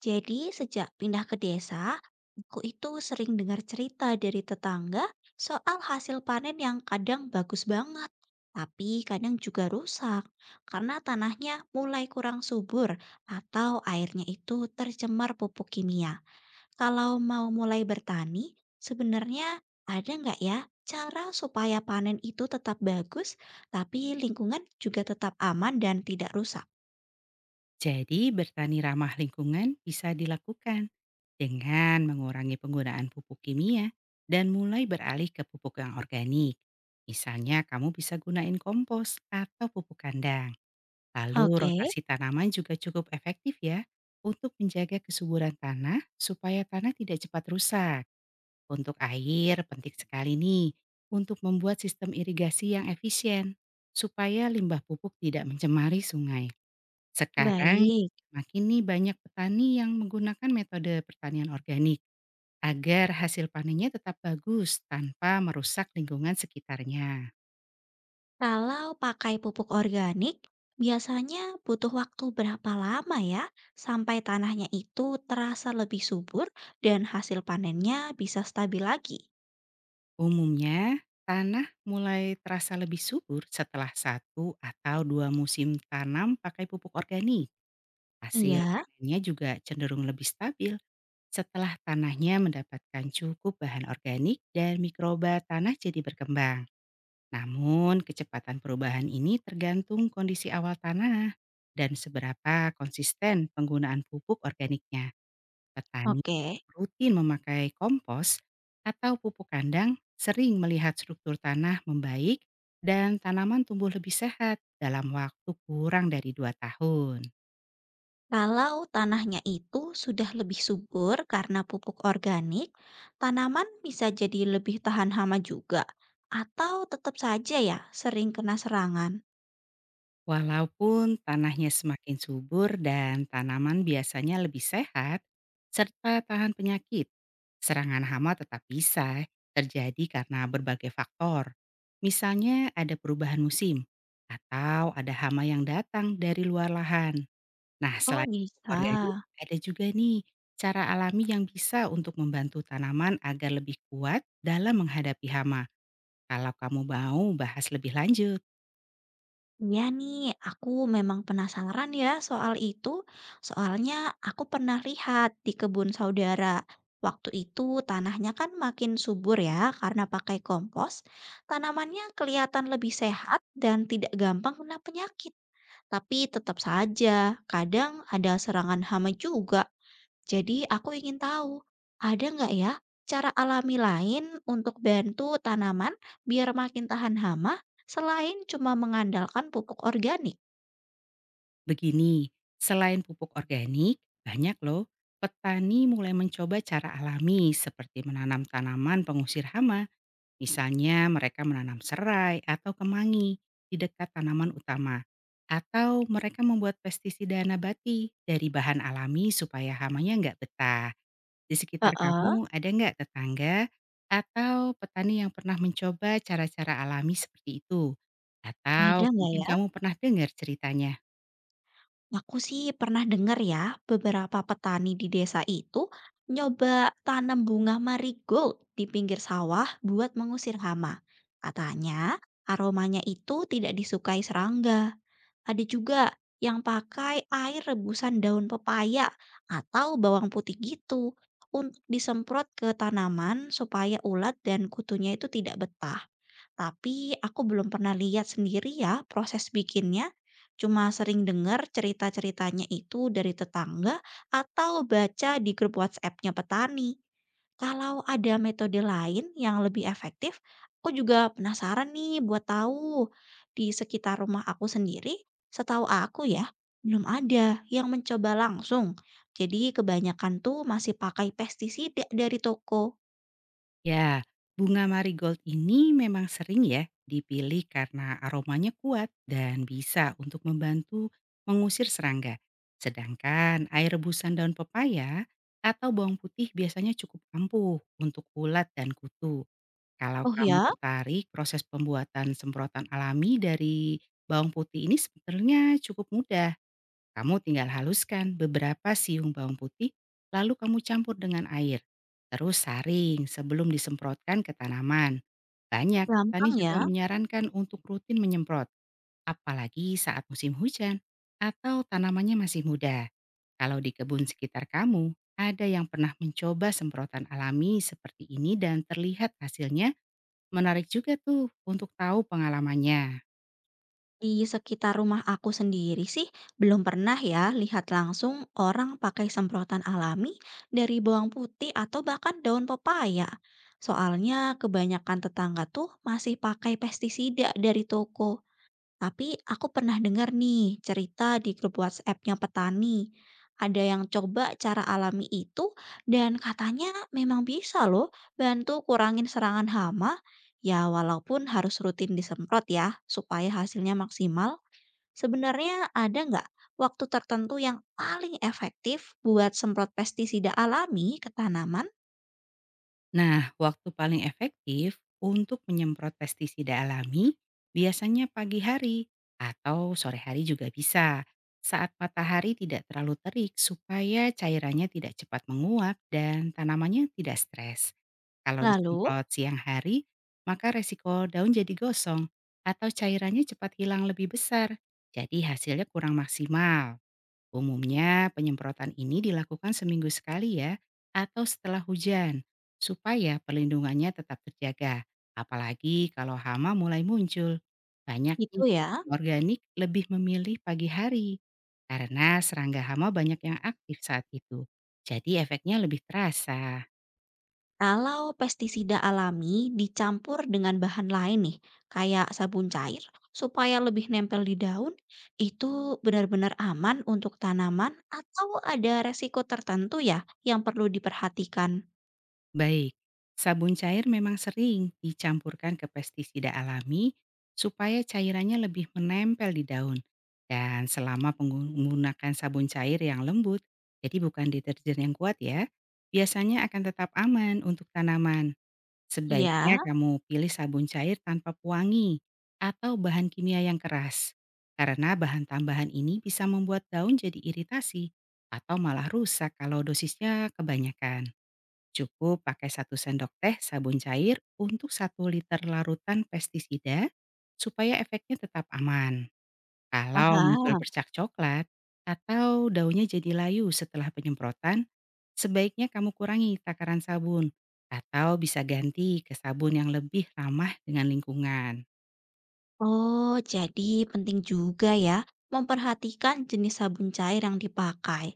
Jadi sejak pindah ke desa, aku itu sering dengar cerita dari tetangga soal hasil panen yang kadang bagus banget, tapi kadang juga rusak karena tanahnya mulai kurang subur atau airnya itu tercemar pupuk kimia. Kalau mau mulai bertani, sebenarnya ada nggak ya cara supaya panen itu tetap bagus, tapi lingkungan juga tetap aman dan tidak rusak? Jadi, bertani ramah lingkungan bisa dilakukan dengan mengurangi penggunaan pupuk kimia dan mulai beralih ke pupuk yang organik. Misalnya, kamu bisa gunain kompos atau pupuk kandang. Lalu, Oke, rotasi tanaman juga cukup efektif ya untuk menjaga kesuburan tanah supaya tanah tidak cepat rusak. Untuk air, penting sekali nih untuk membuat sistem irigasi yang efisien supaya limbah pupuk tidak mencemari sungai. Sekarang baik. makin nih banyak petani yang menggunakan metode pertanian organik agar hasil panennya tetap bagus tanpa merusak lingkungan sekitarnya. Kalau pakai pupuk organik, biasanya butuh waktu berapa lama ya sampai tanahnya itu terasa lebih subur dan hasil panennya bisa stabil lagi? Umumnya, tanah mulai terasa lebih subur setelah satu atau dua musim tanam pakai pupuk organik. Hasil Iya, panennya juga cenderung lebih stabil setelah tanahnya mendapatkan cukup bahan organik dan mikroba tanah jadi berkembang. Namun, kecepatan perubahan ini tergantung kondisi awal tanah dan seberapa konsisten penggunaan pupuk organiknya. Petani oke, rutin memakai kompos atau pupuk kandang sering melihat struktur tanah membaik dan tanaman tumbuh lebih sehat dalam waktu kurang dari dua tahun. kalau tanahnya itu sudah lebih subur karena pupuk organik, tanaman bisa jadi lebih tahan hama juga, atau tetap saja ya sering kena serangan. Walaupun tanahnya semakin subur dan tanaman biasanya lebih sehat, serta tahan penyakit, serangan hama tetap bisa terjadi karena berbagai faktor. Misalnya ada perubahan musim, atau ada hama yang datang dari luar lahan. Nah, Oh selain bisa. pupuk organik, ada juga nih cara alami yang bisa untuk membantu tanaman agar lebih kuat dalam menghadapi hama. Kalau kamu mau bahas lebih lanjut. Iya nih, aku memang penasaran ya soal itu. Soalnya aku pernah lihat di kebun saudara. Waktu itu tanahnya kan makin subur ya karena pakai kompos. Tanamannya kelihatan lebih sehat dan tidak gampang kena penyakit. Tapi tetap saja, kadang ada serangan hama juga. Jadi aku ingin tahu, ada nggak ya cara alami lain untuk bantu tanaman biar makin tahan hama selain cuma mengandalkan pupuk organik? Begini, selain pupuk organik, banyak loh petani mulai mencoba cara alami seperti menanam tanaman pengusir hama. Misalnya mereka menanam serai atau kemangi di dekat tanaman utama. Atau mereka membuat pestisida nabati dari bahan alami supaya hamanya nggak betah. Di sekitar Heeh. kamu ada nggak tetangga atau petani yang pernah mencoba cara-cara alami seperti itu? Atau Ada nggak mungkin ya? kamu pernah dengar ceritanya? Aku sih pernah dengar ya, beberapa petani di desa itu nyoba tanam bunga marigold di pinggir sawah buat mengusir hama. Katanya, aromanya itu tidak disukai serangga. Ada juga yang pakai air rebusan daun pepaya atau bawang putih gitu untuk disemprot ke tanaman supaya ulat dan kutunya itu tidak betah. Tapi aku belum pernah lihat sendiri ya proses bikinnya. Cuma sering dengar cerita-ceritanya itu dari tetangga atau baca di grup WhatsApp-nya petani. Kalau ada metode lain yang lebih efektif, aku juga penasaran nih buat tahu. Di sekitar rumah aku sendiri, setahu aku ya, belum ada yang mencoba langsung. Jadi kebanyakan tuh masih pakai pestisida dari toko. Ya, bunga marigold ini memang sering ya dipilih karena aromanya kuat dan bisa untuk membantu mengusir serangga. Sedangkan air rebusan daun pepaya atau bawang putih biasanya cukup ampuh untuk ulat dan kutu. Kalau Oh kamu ya, tertarik, proses pembuatan semprotan alami dari bawang putih ini sebenarnya cukup mudah. Kamu tinggal haluskan beberapa siung bawang putih, lalu kamu campur dengan air. Terus saring sebelum disemprotkan ke tanaman. Banyak petani gampang ya. juga menyarankan untuk rutin menyemprot, apalagi saat musim hujan atau tanamannya masih muda. Kalau di kebun sekitar kamu, ada yang pernah mencoba semprotan alami seperti ini dan terlihat hasilnya menarik juga tuh untuk tahu pengalamannya. Di sekitar rumah aku sendiri sih belum pernah ya lihat langsung orang pakai semprotan alami dari bawang putih atau bahkan daun pepaya. Soalnya kebanyakan tetangga tuh masih pakai pestisida dari toko. Tapi aku pernah dengar nih cerita di grup WhatsApp-nya petani. Ada yang coba cara alami itu dan katanya memang bisa loh bantu kurangin serangan hama. Ya walaupun harus rutin disemprot ya supaya hasilnya maksimal. Sebenarnya ada nggak waktu tertentu yang paling efektif buat semprot pestisida alami ke tanaman? Nah, waktu paling efektif untuk menyemprot pestisida alami biasanya pagi hari atau sore hari juga bisa. Saat matahari tidak terlalu terik supaya cairannya tidak cepat menguap dan tanamannya tidak stres. Kalau Lalu, disemprot siang hari, maka resiko daun jadi gosong atau cairannya cepat hilang lebih besar. Jadi hasilnya kurang maksimal. Umumnya penyemprotan ini dilakukan seminggu sekali ya, atau setelah hujan, supaya perlindungannya tetap terjaga. Apalagi kalau hama mulai muncul. Banyak itu nih ya. organik lebih memilih pagi hari, karena serangga hama banyak yang aktif saat itu. Jadi efeknya lebih terasa. Kalau pestisida alami dicampur dengan bahan lain nih, kayak sabun cair, supaya lebih nempel di daun, itu benar-benar aman untuk tanaman atau ada resiko tertentu ya yang perlu diperhatikan? Baik, sabun cair memang sering dicampurkan ke pestisida alami supaya cairannya lebih menempel di daun. Dan selama menggunakan sabun cair yang lembut, jadi bukan deterjen yang kuat ya, biasanya akan tetap aman untuk tanaman. Ya, Sebaiknya kamu pilih sabun cair tanpa pewangi atau bahan kimia yang keras. Karena bahan tambahan ini bisa membuat daun jadi iritasi atau malah rusak kalau dosisnya kebanyakan. Cukup pakai satu sendok teh sabun cair untuk satu liter larutan pestisida supaya efeknya tetap aman. Kalau muncul paham. bercak coklat atau daunnya jadi layu setelah penyemprotan, sebaiknya kamu kurangi takaran sabun atau bisa ganti ke sabun yang lebih ramah dengan lingkungan. Oh, jadi penting juga ya memperhatikan jenis sabun cair yang dipakai.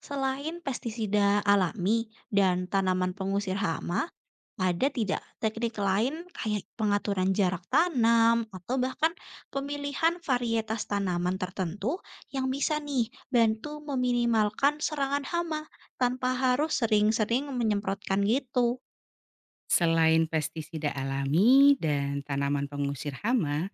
Selain pestisida alami dan tanaman pengusir hama, ada tidak teknik lain kayak pengaturan jarak tanam atau bahkan pemilihan varietas tanaman tertentu yang bisa nih bantu meminimalkan serangan hama tanpa harus sering-sering menyemprotkan gitu. Selain pestisida alami dan tanaman pengusir hama,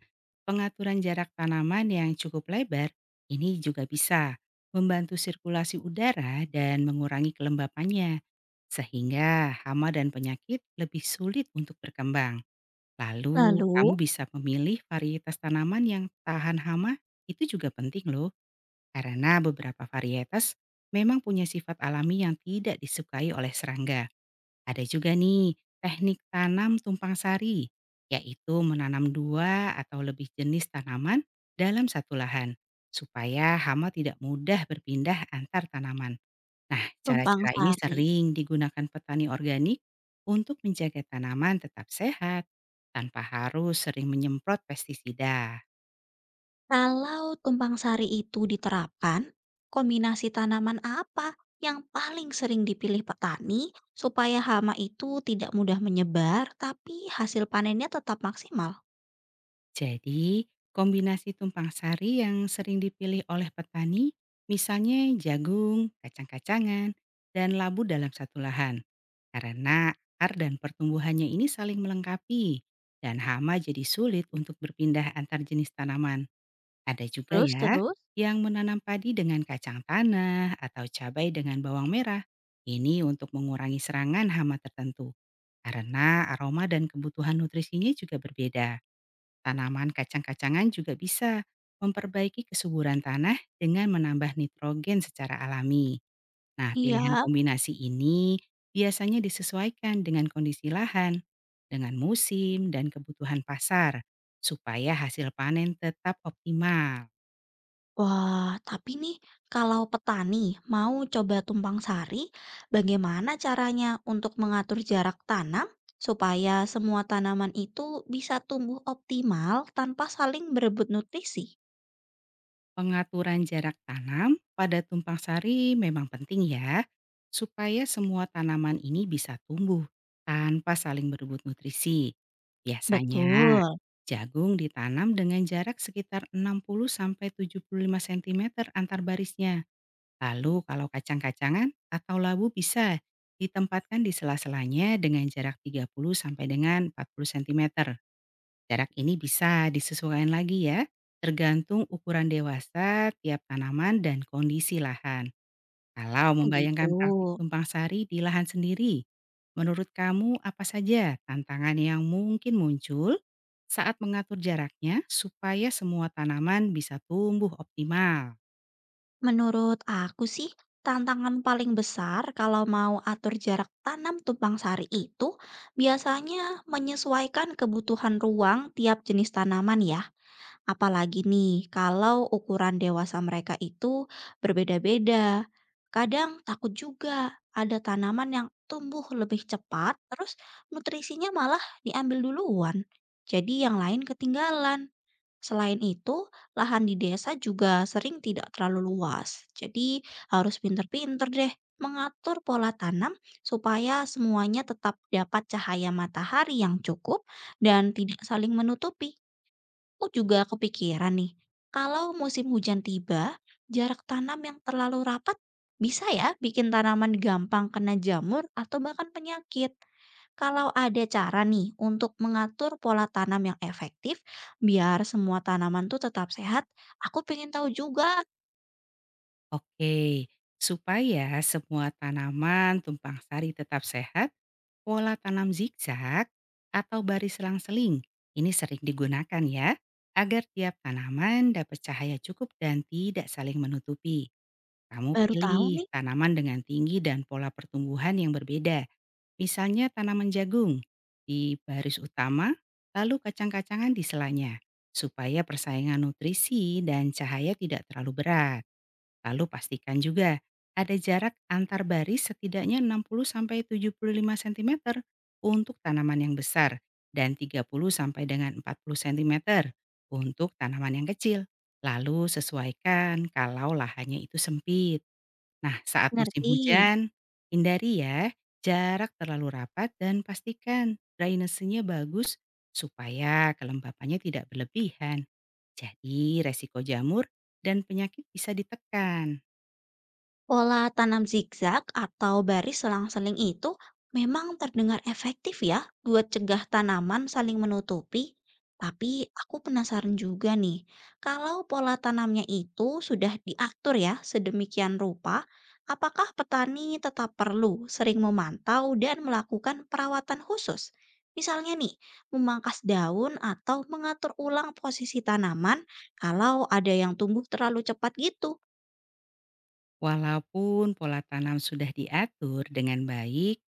pengaturan jarak tanaman yang cukup lebar ini juga bisa membantu sirkulasi udara dan mengurangi kelembapannya sehingga hama dan penyakit lebih sulit untuk berkembang. Lalu kamu Lalu, bisa memilih varietas tanaman yang tahan hama itu juga penting loh karena beberapa varietas memang punya sifat alami yang tidak disukai oleh serangga. Ada juga nih teknik tanam tumpang sari, yaitu menanam dua atau lebih jenis tanaman dalam satu lahan, supaya hama tidak mudah berpindah antar tanaman. Nah, tumpang cara-cara ini sari. sering digunakan petani organik untuk menjaga tanaman tetap sehat tanpa harus sering menyemprot pestisida. Kalau tumpang sari itu diterapkan, kombinasi tanaman apa yang paling sering dipilih petani supaya hama itu tidak mudah menyebar tapi hasil panennya tetap maksimal? Jadi, kombinasi tumpang sari yang sering dipilih oleh petani, misalnya jagung, kacang-kacangan, dan labu dalam satu lahan. Karena akar dan pertumbuhannya ini saling melengkapi, dan hama jadi sulit untuk berpindah antar jenis tanaman. Ada juga Terus, ya, terus? yang menanam padi dengan kacang tanah atau cabai dengan bawang merah. Ini untuk mengurangi serangan hama tertentu. Karena aroma dan kebutuhan nutrisinya juga berbeda. Tanaman kacang-kacangan juga bisa memperbaiki kesuburan tanah dengan menambah nitrogen secara alami. Nah, Iya, pilihan kombinasi ini biasanya disesuaikan dengan kondisi lahan, dengan musim, dan kebutuhan pasar, supaya hasil panen tetap optimal. wah, tapi nih kalau petani mau coba tumpang sari, bagaimana caranya untuk mengatur jarak tanam supaya semua tanaman itu bisa tumbuh optimal tanpa saling berebut nutrisi? Pengaturan jarak tanam pada tumpang sari memang penting ya, supaya semua tanaman ini bisa tumbuh tanpa saling berebut nutrisi. Biasanya, Betul. jagung ditanam dengan jarak sekitar 60-75 cm antar barisnya. Lalu kalau kacang-kacangan atau labu bisa ditempatkan di sela-selanya dengan jarak 30 sampai dengan 40 cm. Jarak ini bisa disesuaikan lagi ya, tergantung ukuran dewasa, tiap tanaman, dan kondisi lahan. Kalau Oh gitu. membayangkan praktik tumpang sari di lahan sendiri, menurut kamu apa saja tantangan yang mungkin muncul saat mengatur jaraknya supaya semua tanaman bisa tumbuh optimal? Menurut aku sih, tantangan paling besar kalau mau atur jarak tanam tumpang sari itu biasanya menyesuaikan kebutuhan ruang tiap jenis tanaman ya. Apalagi nih, kalau ukuran dewasa mereka itu berbeda-beda. Kadang takut juga ada tanaman yang tumbuh lebih cepat, terus nutrisinya malah diambil duluan. Jadi yang lain ketinggalan. Selain itu, lahan di desa juga sering tidak terlalu luas. Jadi harus pinter-pinter deh mengatur pola tanam supaya semuanya tetap dapat cahaya matahari yang cukup dan tidak saling menutupi. Aku juga kepikiran nih, kalau musim hujan tiba, jarak tanam yang terlalu rapat bisa ya bikin tanaman gampang kena jamur atau bahkan penyakit. Kalau ada cara nih untuk mengatur pola tanam yang efektif, biar semua tanaman tuh tetap sehat, aku pengen tahu juga. Oke, supaya semua tanaman tumpang sari tetap sehat, pola tanam zigzag atau baris selang-seling ini sering digunakan ya, agar tiap tanaman dapat cahaya cukup dan tidak saling menutupi. Kamu Baru tahu pilih nih, tanaman dengan tinggi dan pola pertumbuhan yang berbeda, misalnya tanaman jagung di baris utama, lalu kacang-kacangan di selanya, supaya persaingan nutrisi dan cahaya tidak terlalu berat. Lalu pastikan juga ada jarak antar baris setidaknya 60-75 cm untuk tanaman yang besar dan 30-40 cm untuk tanaman yang kecil. Lalu sesuaikan kalau lahannya itu sempit. Nah, saat musim ngerti. hujan, hindari ya jarak terlalu rapat dan pastikan drainasenya bagus supaya kelembapannya tidak berlebihan. Jadi resiko jamur dan penyakit bisa ditekan. Pola tanam zigzag atau baris selang-seling itu memang terdengar efektif ya buat cegah tanaman saling menutupi. Tapi aku penasaran juga nih, kalau pola tanamnya itu sudah diatur ya sedemikian rupa, apakah petani tetap perlu sering memantau dan melakukan perawatan khusus? Misalnya nih, memangkas daun atau mengatur ulang posisi tanaman kalau ada yang tumbuh terlalu cepat gitu. Walaupun pola tanam sudah diatur dengan baik,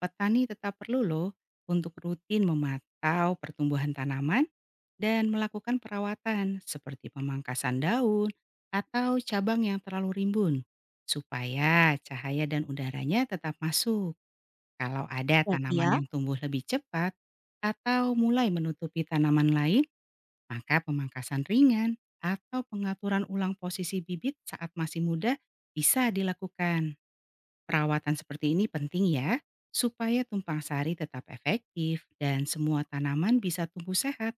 petani tetap perlu loh untuk rutin memantau pertumbuhan tanaman dan melakukan perawatan seperti pemangkasan daun atau cabang yang terlalu rimbun supaya cahaya dan udaranya tetap masuk. Kalau ada Berarti ya, tanaman yang tumbuh lebih cepat atau mulai menutupi tanaman lain, maka pemangkasan ringan atau pengaturan ulang posisi bibit saat masih muda bisa dilakukan. Perawatan seperti ini penting ya, supaya tumpang sari tetap efektif dan semua tanaman bisa tumbuh sehat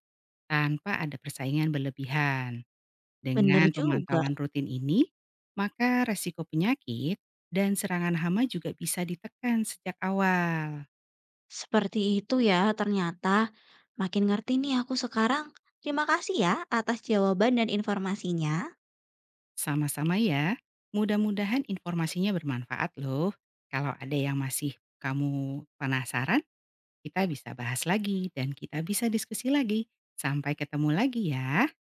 tanpa ada persaingan berlebihan. bener Dengan juga, pemantauan rutin ini, maka resiko penyakit dan serangan hama juga bisa ditekan sejak awal. seperti itu ya ternyata. Makin ngerti nih aku sekarang. Terima kasih ya atas jawaban dan informasinya. Sama-sama ya. Mudah-mudahan informasinya bermanfaat loh. Kalau ada yang masih kamu penasaran, kita bisa bahas lagi dan kita bisa diskusi lagi. Sampai ketemu lagi ya.